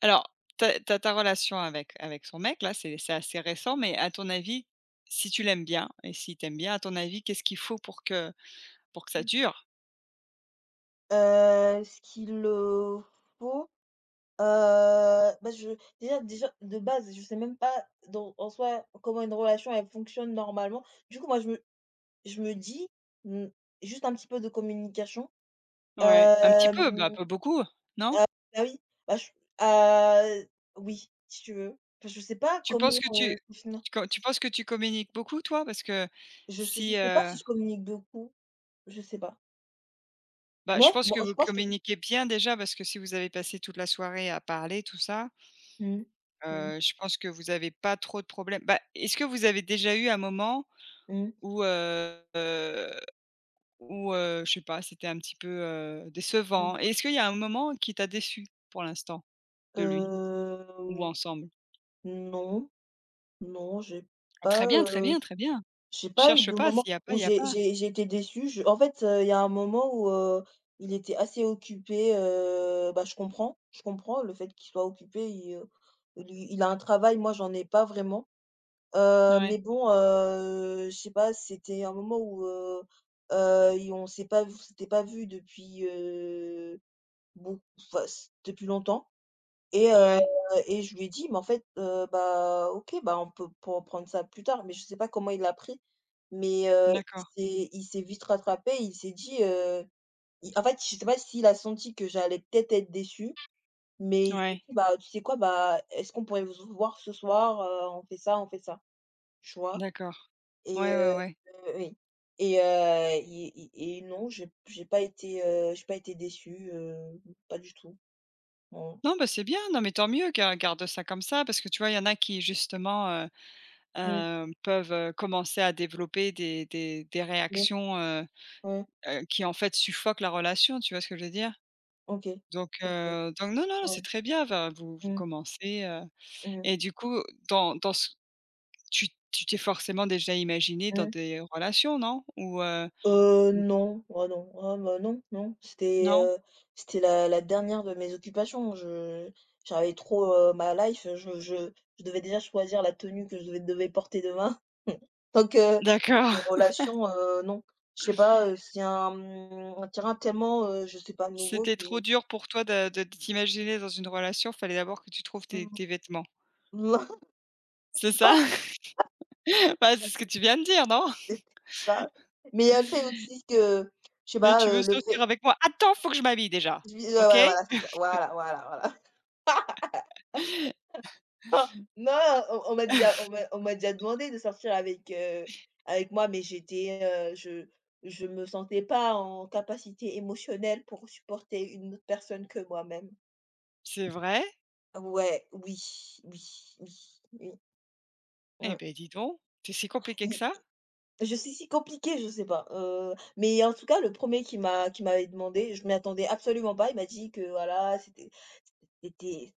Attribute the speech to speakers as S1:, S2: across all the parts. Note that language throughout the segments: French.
S1: Alors, ta relation avec son mec là, c'est assez récent, mais à ton avis, si tu l'aimes bien et si t'aimes bien, à ton avis, qu'est-ce qu'il faut pour que ça
S2: Mmh.
S1: dure?
S2: Ce qu'il le faut? Heu, bah, je déjà déjà de base, je sais même pas dans en soi comment une relation elle fonctionne normalement. Du coup, moi je me dis, mmh, juste un petit peu de communication.
S1: Ouais. Un petit
S2: Hem,
S1: peu, bah, pas beaucoup, non?
S2: ah bah, oui, bah, je heu, oui, si tu veux. Enfin, je sais pas
S1: Tu penses
S2: comment
S1: que tu
S2: définir.
S1: tu co tu penses que tu communiques beaucoup toi? Parce que
S2: Je sais je
S1: si,
S2: sais pas si je communique beaucoup, je sais pas.
S1: bah, je
S2: Ouais,
S1: pense
S2: bon,
S1: que
S2: je
S1: vous
S2: pense que oui.
S1: communiquez bien déjà parce que si vous avez passé toute la soirée à parler, tout ça,
S2: Mmh mh.
S1: je pense que vous avez pas trop de problèmes. Bah, est-ce que vous avez déjà eu un moment
S2: Mmh. Mmh.
S1: où, heu Ou, je sais pas, c'était un petit peu,
S2: Mmh.
S1: décevant? Et est-ce qu'il y a un moment qui t'a déçu pour l'instant de lui ou ensemble?
S2: Non. Non,
S1: Ah
S2: pas,
S1: très bien, très
S2: heu,
S1: bien, très bien.
S2: j'ai pas eu
S1: Cherche
S2: de
S1: pas,
S2: moment
S1: s'il y a pas,
S2: où
S1: il y a
S2: j'ai
S1: pas.
S2: j'ai j'ai été déçue. Je En fait il y a un moment où il était assez occupé bah, je comprends le fait qu'il soit occupé. Lui il a un travail, moi, j'en ai pas vraiment.
S1: Ouais,
S2: Mais bon je sais pas, c'était un moment où et on s'était pas vu depuis bon, enfin, c depuis longtemps. Et heu
S1: ouais,
S2: et je lui ai dit: «Mais en fait bah, OK, bah, on peut pour reprendre ça plus tard», mais je sais pas comment il l'a pris, mais il
S1: d'accord,
S2: s'est il s'est vite rattrapé. Il s'est dit il en fait, je sais pas s'il a senti que j'allais peut-être être déçue, mais il s'est
S1: ouais,
S2: dit: «Bah, tu sais quoi? Bah, est-ce qu'on pourrait vous voir ce soir? On fait ça», tu vois?
S1: d'accord.
S2: Et
S1: Ouais, ouais,
S2: heu,
S1: ouais.
S2: oui et non, j'ai pas été déçue, pas du tout. Non.
S1: Non, bah, c'est bien, non, mais tant mieux, ga garde ça comme ça parce que tu vois, il y en a qui justement,
S2: Mmh,
S1: peuvent, commencer à développer des
S2: ouais,
S1: réactions,
S2: ouais,
S1: qui en fait suffoquent la relation, tu vois ce que je veux dire?
S2: OK,
S1: Donc,
S2: OK.
S1: heu, donc non, non, non, c'est
S2: Ouais.
S1: très bien, va vous vous
S2: Mmh.
S1: commencez
S2: Mmh.
S1: Et du coup, dans dans ce tu tu t'es forcément déjà imaginé dans
S2: Mmh.
S1: des relations, non? Ou,
S2: Non. Oh non. Oh bah, non, non.
S1: non?
S2: C'était la dernière de mes occupations. Je J'avais trop ma life je devais déjà choisir la tenue que je devais porter demain. Donc
S1: D'accord.
S2: les relations non. Je sais pas c'est un terrain tellement je sais pas, nouveau
S1: C'était
S2: que
S1: trop dur pour toi de t'imaginer dans une relation, fallait d'abord que tu trouves tes
S2: mmh,
S1: tes vêtements. C'est ça? Bah, c'est ce que tu viens de dire, non?
S2: c'était ça. Mais il y a le fait aussi que, je sais
S1: «Et
S2: pas
S1: tu veux
S2: le
S1: sortir
S2: fait
S1: avec moi? Attends, faut que je m'habille déjà,
S2: je vis ouais,
S1: OK?»
S2: ouais, voilà, c'est ça. Voilà, voilà, voilà. Ah, non, on m'a déjà on m'a déjà demandé de sortir avec avec moi, mais heu, je je me sentais pas en capacité émotionnelle pour supporter une autre personne que moi-même.
S1: C'est vrai?
S2: Ouais, oui, oui, oui, oui,
S1: Eh
S2: ouais.
S1: ben dis donc, c'est si compliqué que
S2: Il
S1: ça?
S2: Je suis si compliquée, je sais pas mais en tout cas, le premier qui m'avait demandé, je m'y attendais absolument pas. Il m'a dit que voilà, c'était c'était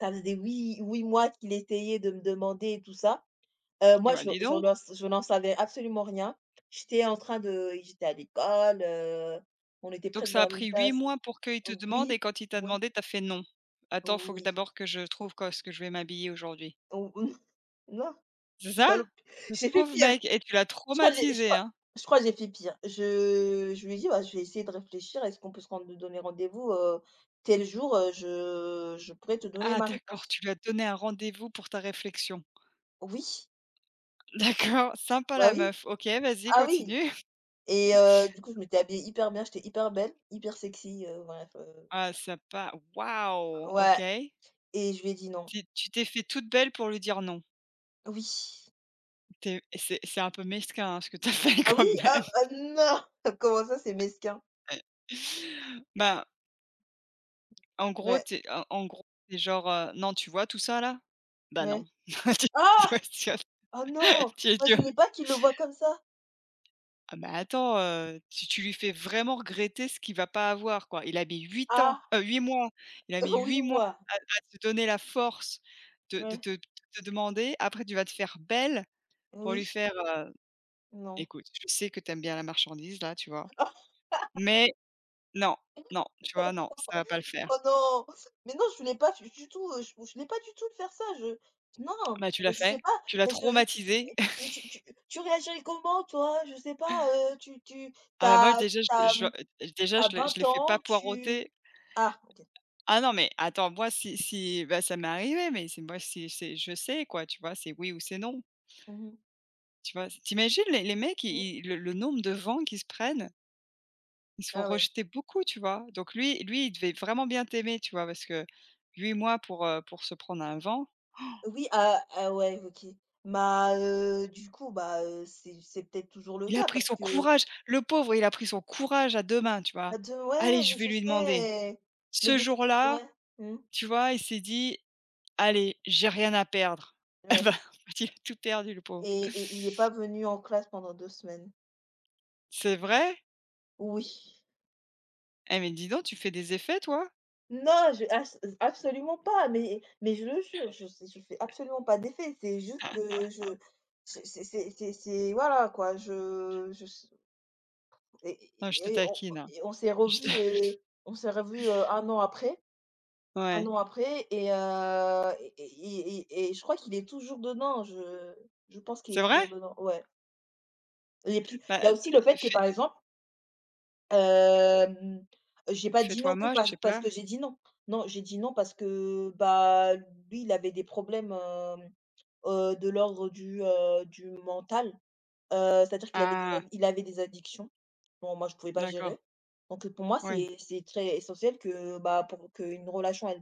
S2: ça faisait 8 mois qu'il essayait de me demander et tout ça.
S1: Ah
S2: Moi,
S1: ben
S2: je
S1: dis
S2: je
S1: donc.
S2: n'en je n'en savais absolument rien. J'étais en train de J'étais à l'école on était
S1: Donc
S2: presque
S1: ça
S2: dans
S1: a
S2: la
S1: pris
S2: même
S1: huit
S2: classe.
S1: mois pour qu'il te demande
S2: Oui,
S1: et quand il t'a
S2: oui,
S1: demandé, t'as fait: «Non. Attends, faut que
S2: oui,
S1: d'abord que je trouve quoi ce que je vais m'habiller aujourd'hui».
S2: on non,
S1: C'est ça?
S2: dans le
S1: Le
S2: j'ai fait
S1: pauvre
S2: pire.
S1: mec et tu l'as
S2: Je crois que j'ai je
S1: traumatisé,
S2: crois
S1: hein?
S2: je crois que j'ai fait pire. Je lui ai dit: «Bah, je vais essayer de réfléchir, est-ce qu'on peut se rendre donner rendez-vous tel jour je pourrais te donner
S1: Ah
S2: ma
S1: d'accord,
S2: réponse».
S1: tu lui as donné un rendez-vous pour ta réflexion.
S2: Oui,
S1: D'accord, sympa
S2: bah,
S1: la
S2: oui,
S1: meuf. OK, vas-y
S2: ah oui
S1: continue.
S2: du coup, je m'étais habillée hyper bien, j'étais hyper belle, hyper sexy bref
S1: Ah sympa, waouh,
S2: ouais.
S1: OK.
S2: Et je lui ai dit: «Non».
S1: Tu t'es fait toute belle pour lui dire non.
S2: Oui.
S1: T'es, c'est un peu mesquin, hein, ce que tu as fait
S2: Ah
S1: quand
S2: oui?
S1: même.
S2: Ah ah non! Comment ça, c'est mesquin?
S1: Bah, en gros,
S2: Ouais,
S1: t'es genre: «Non, tu vois tout ça là? Bah non».
S2: ouais.
S1: Tu tu
S2: Ah!
S1: vois? Tu vois?
S2: Oh non!
S1: Tu
S2: Moi,
S1: tu
S2: je voulais pas qu'il le voie comme ça.
S1: Ah bah, attends, tu lui fais vraiment regretter ce qu'il va pas avoir, quoi. Il a mis 8 ans,
S2: Ah!
S1: 8 mois, il a mis 8
S2: Oui,
S1: mois
S2: moi.
S1: à te donner la force de de
S2: Ouais.
S1: te de te demander. Après, tu vas te faire belle pour lui
S2: Oui,
S1: faire:
S2: non.
S1: «Écoute, je sais que t'aimes bien la marchandise là, tu vois, mais non, non, tu vois, non, ça va pas le faire».
S2: Oh non! Mais non, je voulais pas du tout je voulais pas du tout de faire ça, je non,
S1: Bah, tu
S2: bah,
S1: l'as
S2: je
S1: fait,
S2: sais pas,
S1: tu l'as
S2: mais je mais
S1: traumatisé.
S2: mais tu tu tu réagirais comment toi? Je sais pas tu tu
S1: Ah bah, moi
S2: t'as
S1: déjà je
S2: t'as tu
S1: je
S2: vingt
S1: déjà je le je l'ai fait pas
S2: ans, tu
S1: poireauter
S2: ah OK.
S1: Ah non, mais attends, moi, si bah, ça m'est arrivé, mais c'est moi, si c'est je sais, quoi, tu vois? C'est oui ou c'est non,
S2: Mmh mh.
S1: tu vois? T'imagines les mecs,
S2: Mmh.
S1: i i le nombre de vents qu'ils se prennent, ils se font
S2: Ah ouais.
S1: rejeter beaucoup, tu vois? Donc lui, il devait vraiment bien t'aimer, tu vois? Parce que lui et moi, pour se prendre un vent,
S2: Oui, ah ah ouais, OK. Bah du coup, bah c'est peut-être toujours le
S1: il a
S2: cas
S1: pris
S2: parce
S1: son
S2: que
S1: courage. Le pauvre, il a pris son courage à 2 mains, tu vois?
S2: ça te
S1: «Allez,
S2: ouais,
S1: je
S2: mais
S1: vais
S2: je
S1: lui demander».
S2: sais, mais
S1: Ce
S2: des fois
S1: jour-là,
S2: ouais, mmh,
S1: tu vois, il s'est dit: «Allez, j'ai rien à perdre». Eh
S2: ouais
S1: ben, il a tout perdu, le pauvre.
S2: et il n'est pas venu en classe pendant 2 semaines?
S1: C'est vrai?
S2: Oui.
S1: Eh mais dis donc, tu fais des effets toi?
S2: Non, je abs absolument pas, mais je le jure, je fais absolument pas d'effet, c'est juste que je c'est voilà quoi, je et
S1: Non, je te
S2: et et on
S1: taquine, hein.
S2: et
S1: Je te
S2: on s'est revus 1 an après. un
S1: ouais.
S2: an après et je crois qu'il est toujours dedans, je pense qu'il
S1: C'est
S2: est
S1: vrai?
S2: toujours dedans, ouais et puis,
S1: Bah,
S2: il y a aussi le fait que, par
S1: fais
S2: exemple, hem, j'ai pas dit
S1: fais-toi
S2: non que
S1: moche,
S2: par
S1: je sais
S2: parce
S1: pas.
S2: que j'ai dit non. Non, j'ai dit non parce que, bah, lui, il avait des problèmes de l'ordre du mental. C'est-à-dire qu'il avait des
S1: Ah,
S2: ad il avait des addictions. Bon, moi, je pouvais pas
S1: d'accord.
S2: gérer. Donc pour moi,
S1: Oui,
S2: c'est très essentiel que, bah, pour qu'une relation, elle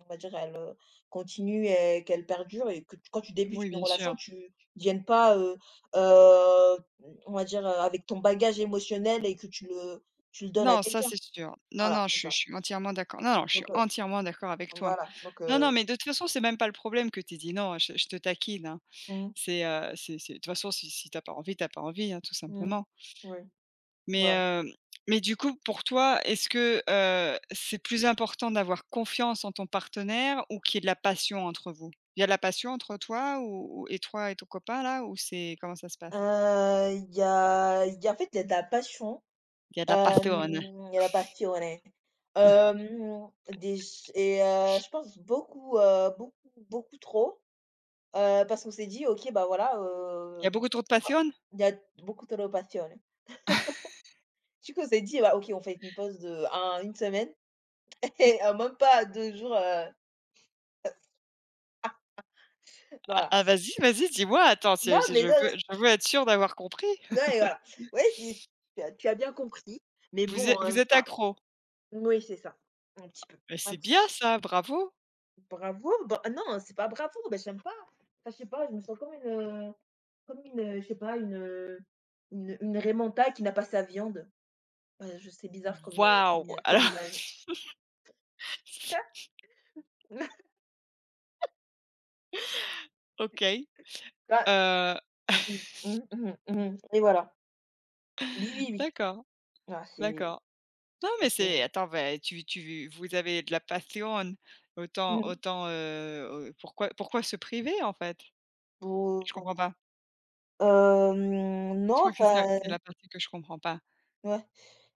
S2: on va dire, elle continue et qu'elle perdure et que quand tu débutes
S1: oui,
S2: une
S1: bien
S2: relation,
S1: sûr.
S2: tu ne viennes pasheu, on va dire avec ton bagage émotionnel et que tu le donnes à
S1: Non, ça
S2: quelqu'un.
S1: c'est sûr. Non,
S2: Voilà,
S1: non, je
S2: c'est
S1: suis je
S2: ça.
S1: suis entièrement d'accord. Non, non, je suis
S2: Donc
S1: entièrement d'accord avec toi.
S2: voilà, donc
S1: Non, non, mais de toute façon, c'est même pas le problème que tu dis «Non, je te taquine», hein.
S2: mmh,
S1: C'est de toute façon, si tu pas envie, t'as pas envie, hein, tout
S2: mmh,
S1: simplement.
S2: oui,
S1: Mais,
S2: voilà.
S1: hem, mais du coup, pour toi, est-ce que, c'est plus important d'avoir confiance en ton partenaire ou qu'il y ait de la passion entre vous? Il y a de la passion entre toi ou et toi et ton copain là ou c'est comment ça se passe?
S2: Il y a en fait, il y a de la passion.
S1: Il y a de la passion.
S2: La passione. Ehm, déj et je pense beaucoup beaucoup, beaucoup trop parce qu'on s'est dit: «OK, bah, voilà,
S1: Il y a beaucoup trop de
S2: ah,
S1: passion?
S2: il y a beaucoup trop de passione». Du coup, on s'est dit: «Bah, OK, on fait une pause de un une semaine et même pas 2 jours
S1: Ah
S2: voilà».
S1: ah, vas-y, vas-y, dis-moi, attends,
S2: Non,
S1: c'est
S2: mais
S1: je veux
S2: non, non,
S1: je veux être sûre d'avoir compris.
S2: et voilà. Ouais, c'est tu as bien compris, mais
S1: Vous êtes
S2: bon
S1: vous êtes
S2: enfin,
S1: accro?
S2: oui, c'est ça, un petit peu,
S1: Mais
S2: un
S1: c'est
S2: petit
S1: bien
S2: peu.
S1: ça, bravo!
S2: Bravo, bah non, c'est pas bravo, bah j'aime pas. Enfin, je sais pas, je me sens comme une, heu, je sais pas, une raimentada qui n'a pas sa viande. Bah, je sais bizarre comme
S1: Waouh!
S2: im comme
S1: Alors
S2: image.
S1: OK,
S2: Bah,
S1: heu,
S2: mmh, mmh, et voilà. Oui, oui, oui.
S1: d'accord,
S2: Ah, c'est
S1: d'accord. Non, mais
S2: assez
S1: c'est attends, beh, tu tu vous avez de la passion, autant
S2: mmh mh.
S1: autant, pourquoi se priver, en fait? Je
S2: Pour,
S1: comprends pas.
S2: non,
S1: Je crois que c'est ça, c'est
S2: enfin
S1: la partie que je comprends pas.
S2: ouais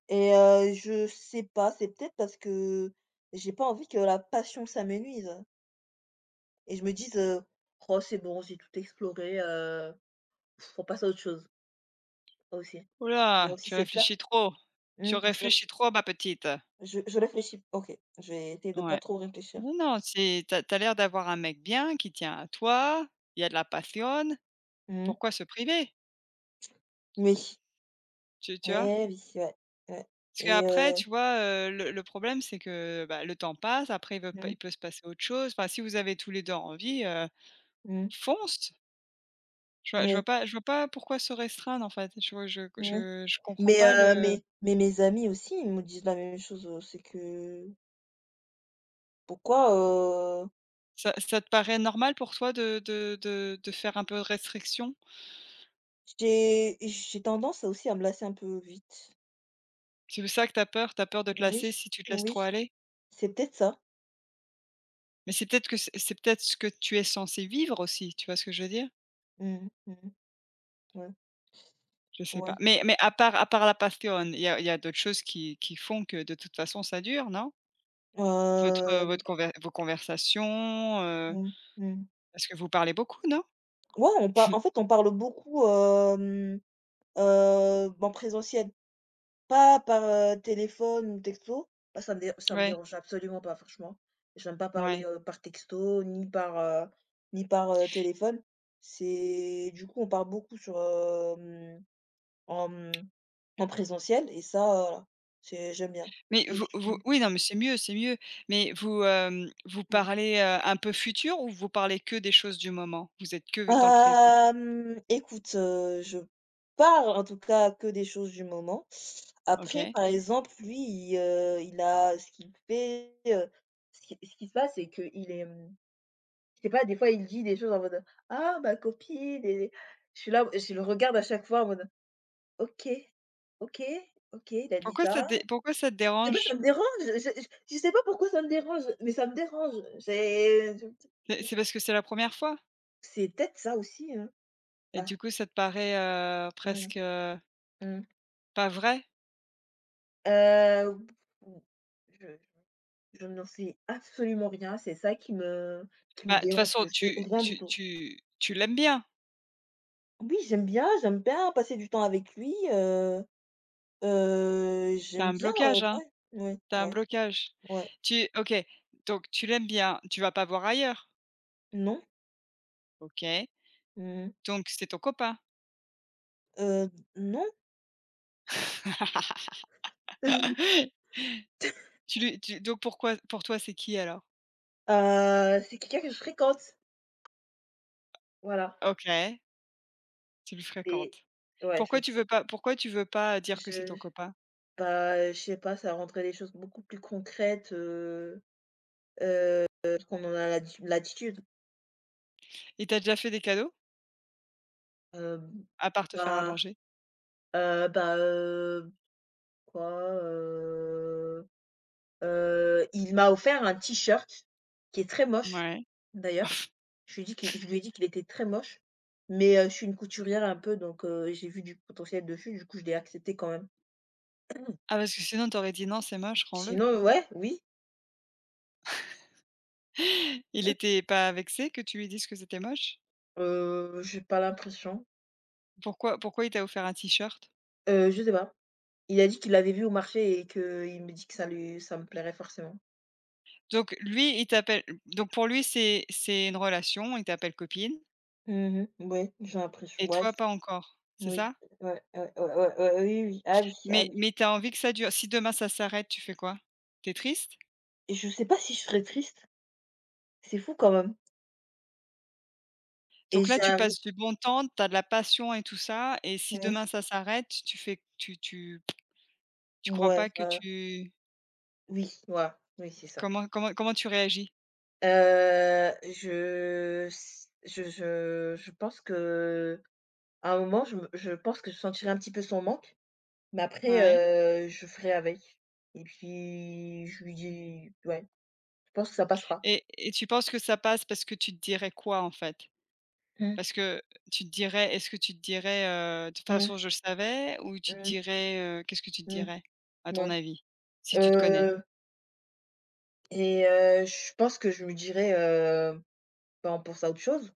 S2: je sais pas, c'est peut-être parce que j'ai pas envie que la passion, ça m'épuise. Et je me dise: «Oh c'est bon, j'ai tout exploré faut passer à autre chose» aussi.
S1: Ouh
S2: Il y a
S1: là,
S2: aussi
S1: tu
S2: cette peur.
S1: réfléchis trop. Tu
S2: Mmh. Je réf
S1: réfléchis trop, ma petite.
S2: je je réfléchis. OK, je vais essayer de pas
S1: Ouais.
S2: trop réfléchir.
S1: Non, non, c'est tu as l'air d'avoir un mec bien qui tient à toi, il y a de la passion,
S2: Mmh.
S1: pourquoi se priver?
S2: Oui.
S1: Tu vois?
S2: Eh oui, ouais, ouais
S1: Parce
S2: et
S1: qu'après,
S2: heu
S1: tu vois, le problème, c'est que, bah, le temps passe, après il veut pas
S2: Mmh.
S1: il peut se passer autre chose. Enfin, si vous avez tous les 2 envie,
S2: Mmh.
S1: fonce! Je vois je vois
S2: Ouais,
S1: pas je vois pas pourquoi se restreindre, en fait. Je vois
S2: ouais.
S1: je comprends pas
S2: Mmh.
S1: le
S2: Mais mes amis aussi, ils me disent la même chose c'est que pourquoi, heu,
S1: ça te paraît normal pour toi de faire un peu de restriction?
S2: j'ai tendance aussi à me lasser un peu vite.
S1: C'est pour ça que t'as peur? T'as peur de te
S2: Oui,
S1: lasser si tu te laisses
S2: oui,
S1: trop aller?
S2: c'est peut-être ça.
S1: Mais c'est peut-être que c'est peut-être ce que tu es censé vivre aussi, tu vois ce que je veux dire?
S2: Mmh mh. Ouais,
S1: Je sais pas.
S2: ouais.
S1: Mais à part la passion, il y a d'autres choses qui font que de toute façon ça dure, non? Votre,
S2: Hem,
S1: votre conver vos conversations,
S2: mmh mh.
S1: parce que vous parlez beaucoup, non?
S2: Ouais, on par en fait, on parle beaucoup en présentiel, pas par téléphone ou texto. Bah, ça me
S1: Ouais,
S2: dérange absolument pas, franchement. J'aime pas parler
S1: ouais.
S2: par texto ni par téléphone. C'est Du coup, on parle beaucoup sur en, mmh, en présentiel et ça c'est j'aime bien.
S1: Mais
S2: Puis
S1: vous vous
S2: aussi
S1: oui, non, mais c'est mieux, c'est mieux. Mais vous, vous
S2: mmh.
S1: parlez, un peu futur ou vous parlez que des choses du moment? Vous êtes que dans le présent?
S2: Écoute je parle en tout cas que des choses du moment. Après,
S1: OK.
S2: par exemple, lui il a ce qu'il fait ce qui se passe, c'est qu'il est je sais pas, des fois, il dit des choses en mode: «Ah, ma copine» et je suis là, je le regarde à chaque fois en mode: «OK, OK, OK, il a dit
S1: Pourquoi ça te
S2: ça».
S1: dé pourquoi ça te
S2: Je sais pas, ça
S1: dérange?
S2: me dérange, je sais pas pourquoi ça me dérange, mais ça me dérange. C'est
S1: C'est parce que c'est la première fois?
S2: c'est peut-être ça aussi, hein.
S1: Et
S2: Ah,
S1: du coup, ça te paraît,
S2: mmh
S1: presque,
S2: mh.
S1: pas vrai?
S2: Heu, je je n'en sais absolument rien, c'est ça qui me
S1: Bah, de toute
S2: dérange,
S1: façon,
S2: je sais
S1: tu
S2: rien du
S1: tu
S2: tout.
S1: tu tu l'aimes bien?
S2: Oui, j'aime bien passer du temps avec lui
S1: T'as
S2: j'aime
S1: un
S2: bien
S1: blocage, hein?
S2: ouais, ouais,
S1: T'as un
S2: ouais,
S1: blocage.
S2: ouais.
S1: Tu OK, donc tu l'aimes bien, tu vas pas voir ailleurs?
S2: Non,
S1: OK,
S2: mmh,
S1: donc c'est ton copain.
S2: heu, non.
S1: Tu lui tu donc pourquoi pour toi, c'est qui alors?
S2: C'est quelqu'un que je fréquente, voilà
S1: OK, tu le
S2: et
S1: fréquentes.
S2: ouais, je
S1: Pourquoi
S2: le
S1: tu veux pas
S2: fréquente.
S1: pourquoi tu veux pas dire que c'est ton
S2: Je
S1: copain?
S2: Bah, je sais pas, ça rendrait les choses beaucoup plus concrètesheu, parce qu'on en a l'attitude.
S1: Il t'a déjà fait des cadeaux?
S2: Hem,
S1: À part te faire à
S2: bah
S1: manger?
S2: bah quoi, heu, il m'a offert un t-shirt qui est très moche,
S1: Ouais.
S2: d'ailleurs. Je lui ai dit qu'il était très moche, mais je suis une couturière un peu donc j'ai vu du potentiel dessus, du coup je l'ai accepté quand même.
S1: Ah parce que sinon tu aurais dit: «Non, c'est moche, rends-le».
S2: Sinon, ouais, oui
S1: Il était pas vexé que tu lui dises que c'était moche?
S2: j'ai pas l'impression
S1: Pourquoi il t'a offert un t-shirt?
S2: je sais pas. Il a dit qu'il l'avait vu au marché et qu'il me dit que ça me plairait forcément.
S1: Donc lui, il t'appelle donc pour lui, c'est une relation, il t'appelle copine
S2: Mmh mh. Ouais, j'ai l'impression,
S1: et
S2: ouais.
S1: toi pas encore, c'est
S2: Oui,
S1: ça?
S2: ouais, ouais, ouais, ouais, ouais, ouais, oui, oui. Ah oui, ah
S1: Mais
S2: oui
S1: mais tu as envie que ça dure. Si demain ça s'arrête, tu fais quoi? Tu es triste?
S2: et je sais pas si je serais triste. C'est fou quand même et
S1: Donc là, tu
S2: j'arrive
S1: passes du bon temps, tu as de la passion et tout ça et si
S2: ouais,
S1: demain ça s'arrête, tu fais tu crois
S2: ouais,
S1: pas que
S2: enfin,
S1: tu
S2: oui, voilà, oui, c'est ça.
S1: comment tu réagis?
S2: Je s je pense que à un moment, je pense que je sentirai un petit peu son manque, mais après
S1: Ouais
S2: je ferai avec et puis je lui dis ouais, je pense que ça passera.
S1: et tu penses que ça passe parce que tu te dirais quoi, en fait?
S2: Mmh,
S1: Parce que tu te dirais est-ce que tu te dirais, «De toute
S2: mmh,
S1: façon, je le savais» ou tu te
S2: mmh,
S1: dirais, qu'est-ce que tu te
S2: mmh,
S1: dirais, à ton
S2: mouais,
S1: avis, si tu te connais?
S2: heu je pense que je me dirai: «Bah, on pense à autre chose».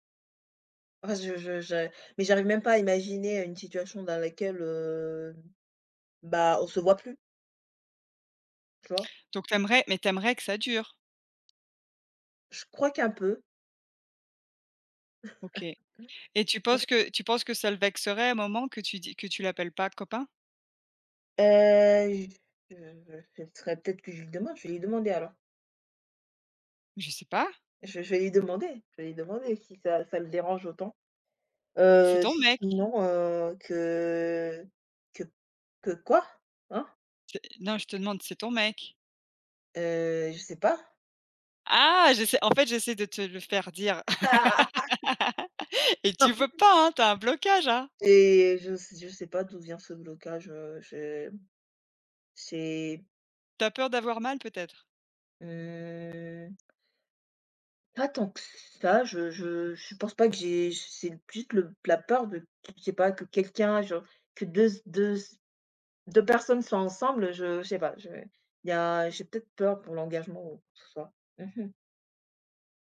S2: Enfin, je mais j'arrive même pas à imaginer une situation dans laquelle bah, on se voit plus, tu vois?
S1: Donc t'aimerais, mais t'aimerais que ça dure?
S2: Je crois qu'un peu.
S1: OK et
S2: Oui.
S1: tu penses que ça le vexerait à un moment que tu dis que tu l'appelles pas copain?
S2: Heu, je ce serait peut-être que je lui demande, je vais lui demander alors.
S1: Je sais pas,
S2: Je vais lui demander si ça le dérange autant.
S1: c'est ton
S2: Si
S1: mec.
S2: sinon que que quoi? Hein?
S1: C'est Non, je te demande, c'est ton mec?
S2: Je sais pas.
S1: Ah! J'essaie en fait, j'essaie de te le faire dire. Et tu veux pas, hein? T'as un blocage, hein?
S2: Et je sais pas d'où vient ce blocage je c'est
S1: T'as peur d'avoir mal peut-être?
S2: Mmh, pas tant que ça, je pense pas que j'ai, c'est juste le la peur de je sais pas que quelqu'un genre que deux personnes soient ensemble, je sais pas, je il y a j'ai peut-être peur pour l'engagement ou quoi que ce soit. Mmh